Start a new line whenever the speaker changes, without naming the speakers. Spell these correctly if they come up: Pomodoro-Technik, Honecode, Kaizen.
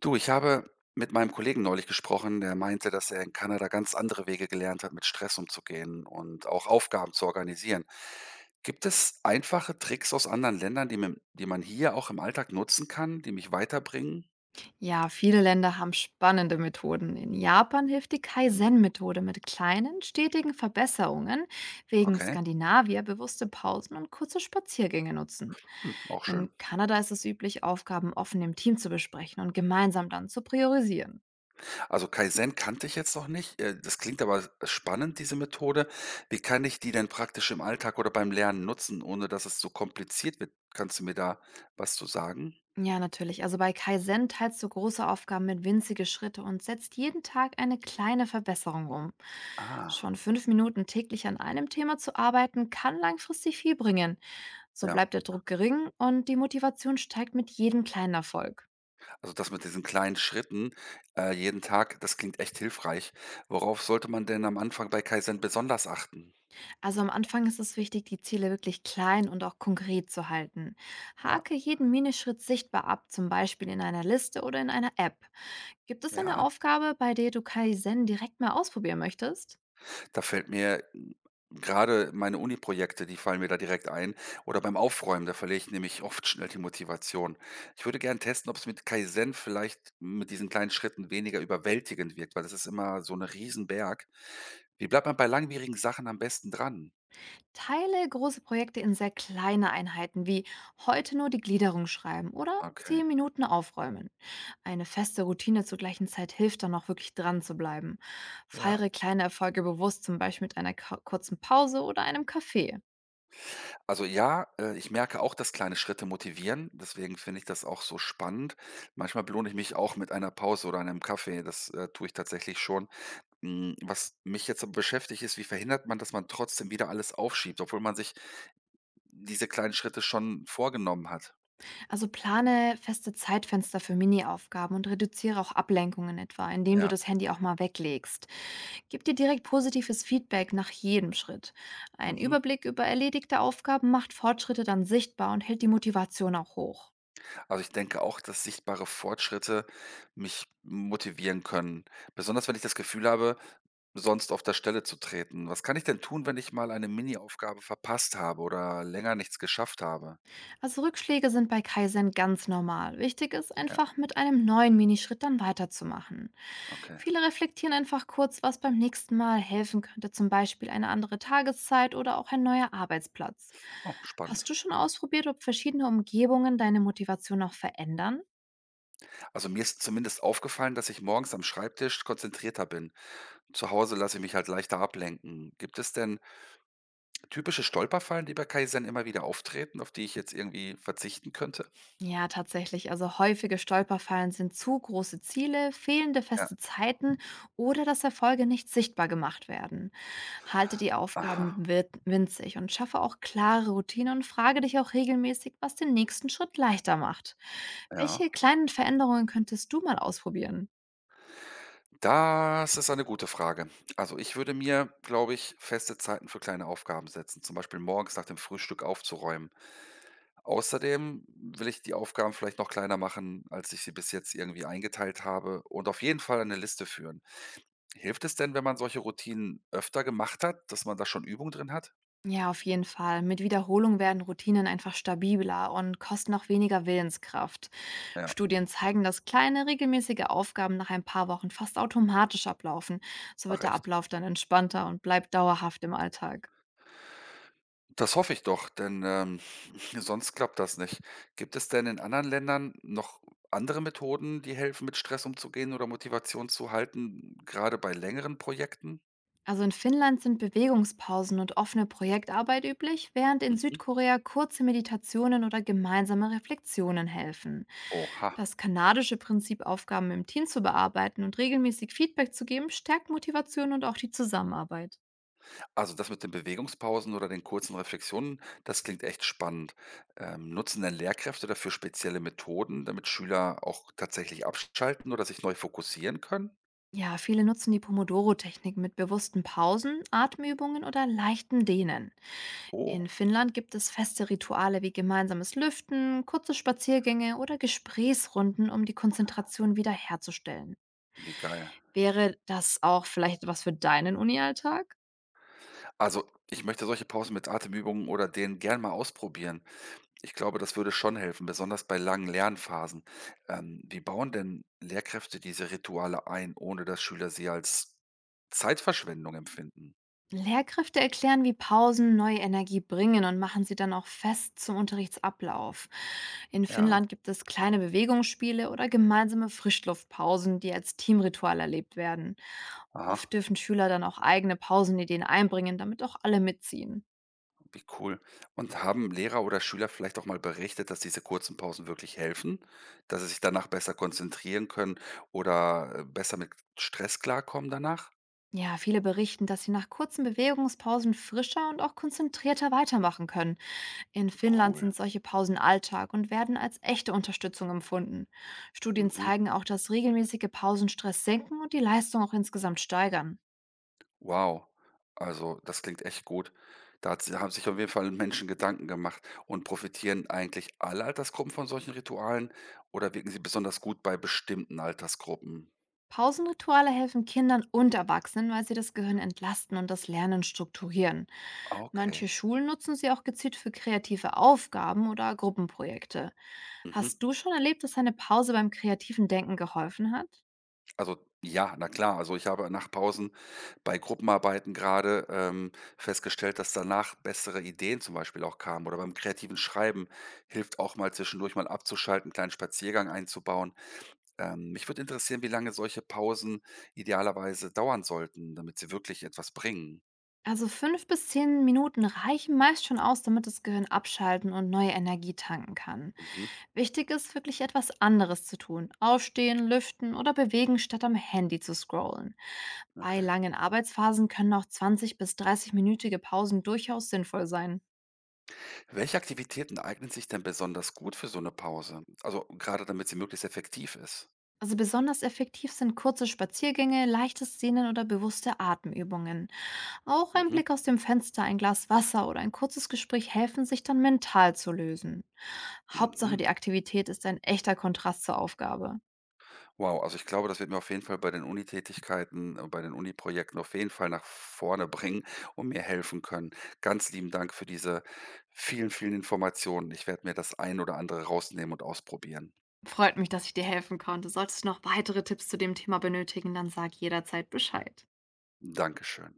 Du, ich habe mit meinem Kollegen neulich gesprochen, der meinte, dass er in Kanada ganz andere Wege gelernt hat, mit Stress umzugehen und auch Aufgaben zu organisieren. Gibt es einfache Tricks aus anderen Ländern, die man hier auch im Alltag nutzen kann, die mich weiterbringen?
Ja, viele Länder haben spannende Methoden. In Japan hilft die
Mhm.
Kaizen-Methode mit kleinen, stetigen Verbesserungen, wegen
Okay,
Skandinavier bewusste Pausen und kurze Spaziergänge nutzen.
hm, auch
In
schön.
Kanada ist es üblich, Aufgaben offen im Team zu besprechen und gemeinsam dann zu priorisieren.
Also Kaizen kannte ich jetzt noch nicht. Das klingt aber spannend, diese Methode. Wie kann ich die denn praktisch im Alltag oder beim Lernen nutzen, ohne dass es zu kompliziert wird? Kannst du mir da was zu sagen?
Ja, natürlich. Also bei Kaizen teilst du große Aufgaben in winzige Schritte und setzt jeden Tag eine kleine Verbesserung um.
Ah,
Schon fünf Minuten täglich an einem Thema zu arbeiten, kann langfristig viel bringen. So
ja.
bleibt der Druck gering und die Motivation steigt mit jedem kleinen Erfolg.
Also, das mit diesen kleinen Schritten, jeden Tag, das klingt echt hilfreich. Worauf sollte man denn am Anfang bei Kaizen besonders achten?
Also am Anfang ist es wichtig, die Ziele wirklich klein und auch konkret zu halten.
Ja,
Hake jeden Minischritt sichtbar ab, zum Beispiel in einer Liste oder in einer App. Gibt es eine
ja.
Aufgabe, bei der du Kaizen direkt mal ausprobieren möchtest?
Da fällt mir m, Gerade meine Uni-Projekte, die fallen mir da direkt ein oder beim Aufräumen, da verliere ich nämlich oft schnell die Motivation. Ich würde gerne testen, ob es mit Kaizen vielleicht mit diesen kleinen Schritten weniger überwältigend wirkt, weil das ist immer so ein Riesenberg. Wie bleibt man bei langwierigen Sachen am besten dran?
Teile große Projekte in sehr kleine Einheiten wie heute nur die Gliederung schreiben oder
Okay,
10 Minuten aufräumen. Eine feste Routine zur gleichen Zeit hilft dann auch wirklich dran zu bleiben.
ja.
Feiere kleine Erfolge bewusst, zum Beispiel mit einer kurzen Pause oder einem Kaffee.
Also ja, ich merke auch, dass kleine Schritte motivieren. Deswegen finde ich das auch so spannend. Manchmal belohne ich mich auch mit einer Pause oder einem Kaffee. Das tue ich tatsächlich schon. Hm, was mich jetzt aber beschäftigt ist, wie verhindert man, dass man trotzdem wieder alles aufschiebt, obwohl man sich diese kleinen Schritte schon vorgenommen hat?
Also plane feste Zeitfenster für Mini-Aufgaben und reduziere auch Ablenkungen etwa, indem du
Ja.
das Handy auch mal weglegst. Gib dir direkt positives Feedback nach jedem Schritt. Ein
Mhm.
Überblick über erledigte Aufgaben macht Fortschritte dann sichtbar und hält die Motivation auch hoch.
Also, ich denke auch, dass sichtbare Fortschritte mich motivieren können, besonders wenn ich das Gefühl habe, sonst auf der Stelle zu treten. Was kann ich denn tun, wenn ich mal eine Mini-Aufgabe verpasst habe oder länger nichts geschafft habe?
Also Rückschläge sind bei Kaizen ganz normal. Wichtig ist
Ja,
einfach, mit einem neuen Minischritt dann weiterzumachen.
okay.
Viele reflektieren einfach kurz, was beim nächsten Mal helfen könnte, zum Beispiel eine andere Tageszeit oder auch ein neuer Arbeitsplatz.
Oh,
Hast
spannend.
du schon ausprobiert, ob verschiedene Umgebungen deine Motivation auch verändern?
Also mir ist zumindest aufgefallen, dass ich morgens am Schreibtisch konzentrierter bin. Zu Hause lasse ich mich halt leichter ablenken. Gibt es denn typische Stolperfallen, die bei Kaizen immer wieder auftreten, auf die ich jetzt irgendwie verzichten könnte?
Ja, tatsächlich. Also häufige Stolperfallen sind zu große Ziele, fehlende
Ja,
feste Zeiten oder dass Erfolge nicht sichtbar gemacht werden. Halte die Aufgaben
aha,
winzig und schaffe auch klare Routinen und frage dich auch regelmäßig, was den nächsten Schritt leichter macht.
ja.
Welche kleinen Veränderungen könntest du mal ausprobieren?
Das ist eine gute Frage. Also, ich würde mir, glaube ich, feste Zeiten für kleine Aufgaben setzen, zum Beispiel morgens nach dem Frühstück aufzuräumen. Außerdem will ich die Aufgaben vielleicht noch kleiner machen, als ich sie bis jetzt irgendwie eingeteilt habe und auf jeden Fall eine Liste führen. Hilft es denn, wenn man solche Routinen öfter gemacht hat, dass man da schon Übung drin hat?
Ja, auf jeden Fall. Mit Wiederholung werden Routinen einfach stabiler und kosten auch weniger Willenskraft.
Ja,
Studien zeigen, dass kleine, regelmäßige Aufgaben nach ein paar Wochen fast automatisch ablaufen. So
ach
wird der
echt.
Ablauf dann entspannter und bleibt dauerhaft im Alltag.
Das hoffe ich doch, denn sonst klappt das nicht. Gibt es denn in anderen Ländern noch andere Methoden, die helfen, mit Stress umzugehen oder Motivation zu halten, gerade bei längeren Projekten?
Also in Finnland sind Bewegungspausen und offene Projektarbeit üblich, während in
Mhm.
Südkorea kurze Meditationen oder gemeinsame Reflexionen helfen.
Oha.
Das kanadische Prinzip, Aufgaben im Team zu bearbeiten und regelmäßig Feedback zu geben, stärkt Motivation und auch die Zusammenarbeit.
Also das mit den Bewegungspausen oder den kurzen Reflexionen, das klingt echt spannend. Nutzen denn Lehrkräfte dafür spezielle Methoden, damit Schüler auch tatsächlich abschalten oder sich neu fokussieren können?
Ja, viele nutzen die Pomodoro-Technik mit bewussten Pausen, Atemübungen oder leichten Dehnen. In
Oh,
Finnland gibt es feste Rituale wie gemeinsames Lüften, kurze Spaziergänge oder Gesprächsrunden, um die Konzentration wiederherzustellen.
wie geil.
Wäre das auch vielleicht was für deinen Unialltag?
Also ich möchte solche Pausen mit Atemübungen oder denen gern mal ausprobieren. Ich glaube, das würde schon helfen, besonders bei langen Lernphasen. Wie bauen denn Lehrkräfte diese Rituale ein, ohne dass Schüler sie als Zeitverschwendung empfinden?
Lehrkräfte erklären, wie Pausen neue Energie bringen und machen sie dann auch fest zum Unterrichtsablauf. In
Ja,
Finnland gibt es kleine Bewegungsspiele oder gemeinsame Frischluftpausen, die als Teamritual erlebt werden.
aha,
Oft dürfen Schüler dann auch eigene Pausenideen einbringen, damit auch alle mitziehen.
wie cool. Und haben Lehrer oder Schüler vielleicht auch mal berichtet, dass diese kurzen Pausen wirklich helfen, dass sie sich danach besser konzentrieren können oder besser mit Stress klarkommen danach?
Ja, viele berichten, dass sie nach kurzen Bewegungspausen frischer und auch konzentrierter weitermachen können. In Finnland
Cool.
sind solche Pausen Alltag und werden als echte Unterstützung empfunden. Studien
Mhm.
zeigen auch, dass regelmäßige Pausen Stress senken und die Leistung auch insgesamt steigern.
Wow, also das klingt echt gut. Da hat si Haben sich auf jeden Fall Menschen Gedanken gemacht. Und profitieren eigentlich alle Altersgruppen von solchen Ritualen oder wirken sie besonders gut bei bestimmten Altersgruppen?
Pausenrituale helfen Kindern und Erwachsenen, weil sie das Gehirn entlasten und das Lernen strukturieren. Manche
Okay.
Schulen nutzen sie auch gezielt für kreative Aufgaben oder Gruppenprojekte.
Mhm.
Hast du schon erlebt, dass eine Pause beim kreativen Denken geholfen hat?
Also ja, na klar. Also ich habe nach Pausen bei Gruppenarbeiten gerade festgestellt, dass danach bessere Ideen zum Beispiel auch kamen oder beim kreativen Schreiben hilft auch mal zwischendurch mal abzuschalten, einen kleinen Spaziergang einzubauen. Mich würde interessieren, wie lange solche Pausen idealerweise dauern sollten, damit sie wirklich etwas bringen.
Also fünf bis zehn Minuten reichen meist schon aus, damit das Gehirn abschalten und neue Energie tanken kann.
Mhm,
Wichtig ist, wirklich etwas anderes zu tun. Aufstehen, lüften oder bewegen, statt am Handy zu scrollen. Bei
okay.
langen Arbeitsphasen können auch 20- bis 30-minütige Pausen durchaus sinnvoll sein.
Welche Aktivitäten eignen sich denn besonders gut für so eine Pause? Also gerade damit sie möglichst effektiv ist.
Also besonders effektiv sind kurze Spaziergänge, leichtes Sehnen oder bewusste Atemübungen. Auch ein
Mhm.
Blick aus dem Fenster, ein Glas Wasser oder ein kurzes Gespräch helfen, sich dann mental zu lösen. Hauptsache,
Mhm.
die Aktivität ist ein echter Kontrast zur Aufgabe.
Wow, also ich glaube, das wird mir auf jeden Fall bei den Unitätigkeiten, bei den Uni-Projekten auf jeden Fall nach vorne bringen und mir helfen können. Ganz lieben Dank für diese vielen, vielen Informationen. Ich werde mir das ein oder andere rausnehmen und ausprobieren.
Freut mich, dass ich dir helfen konnte. Solltest du noch weitere Tipps zu dem Thema benötigen, dann sag jederzeit Bescheid.
Dankeschön.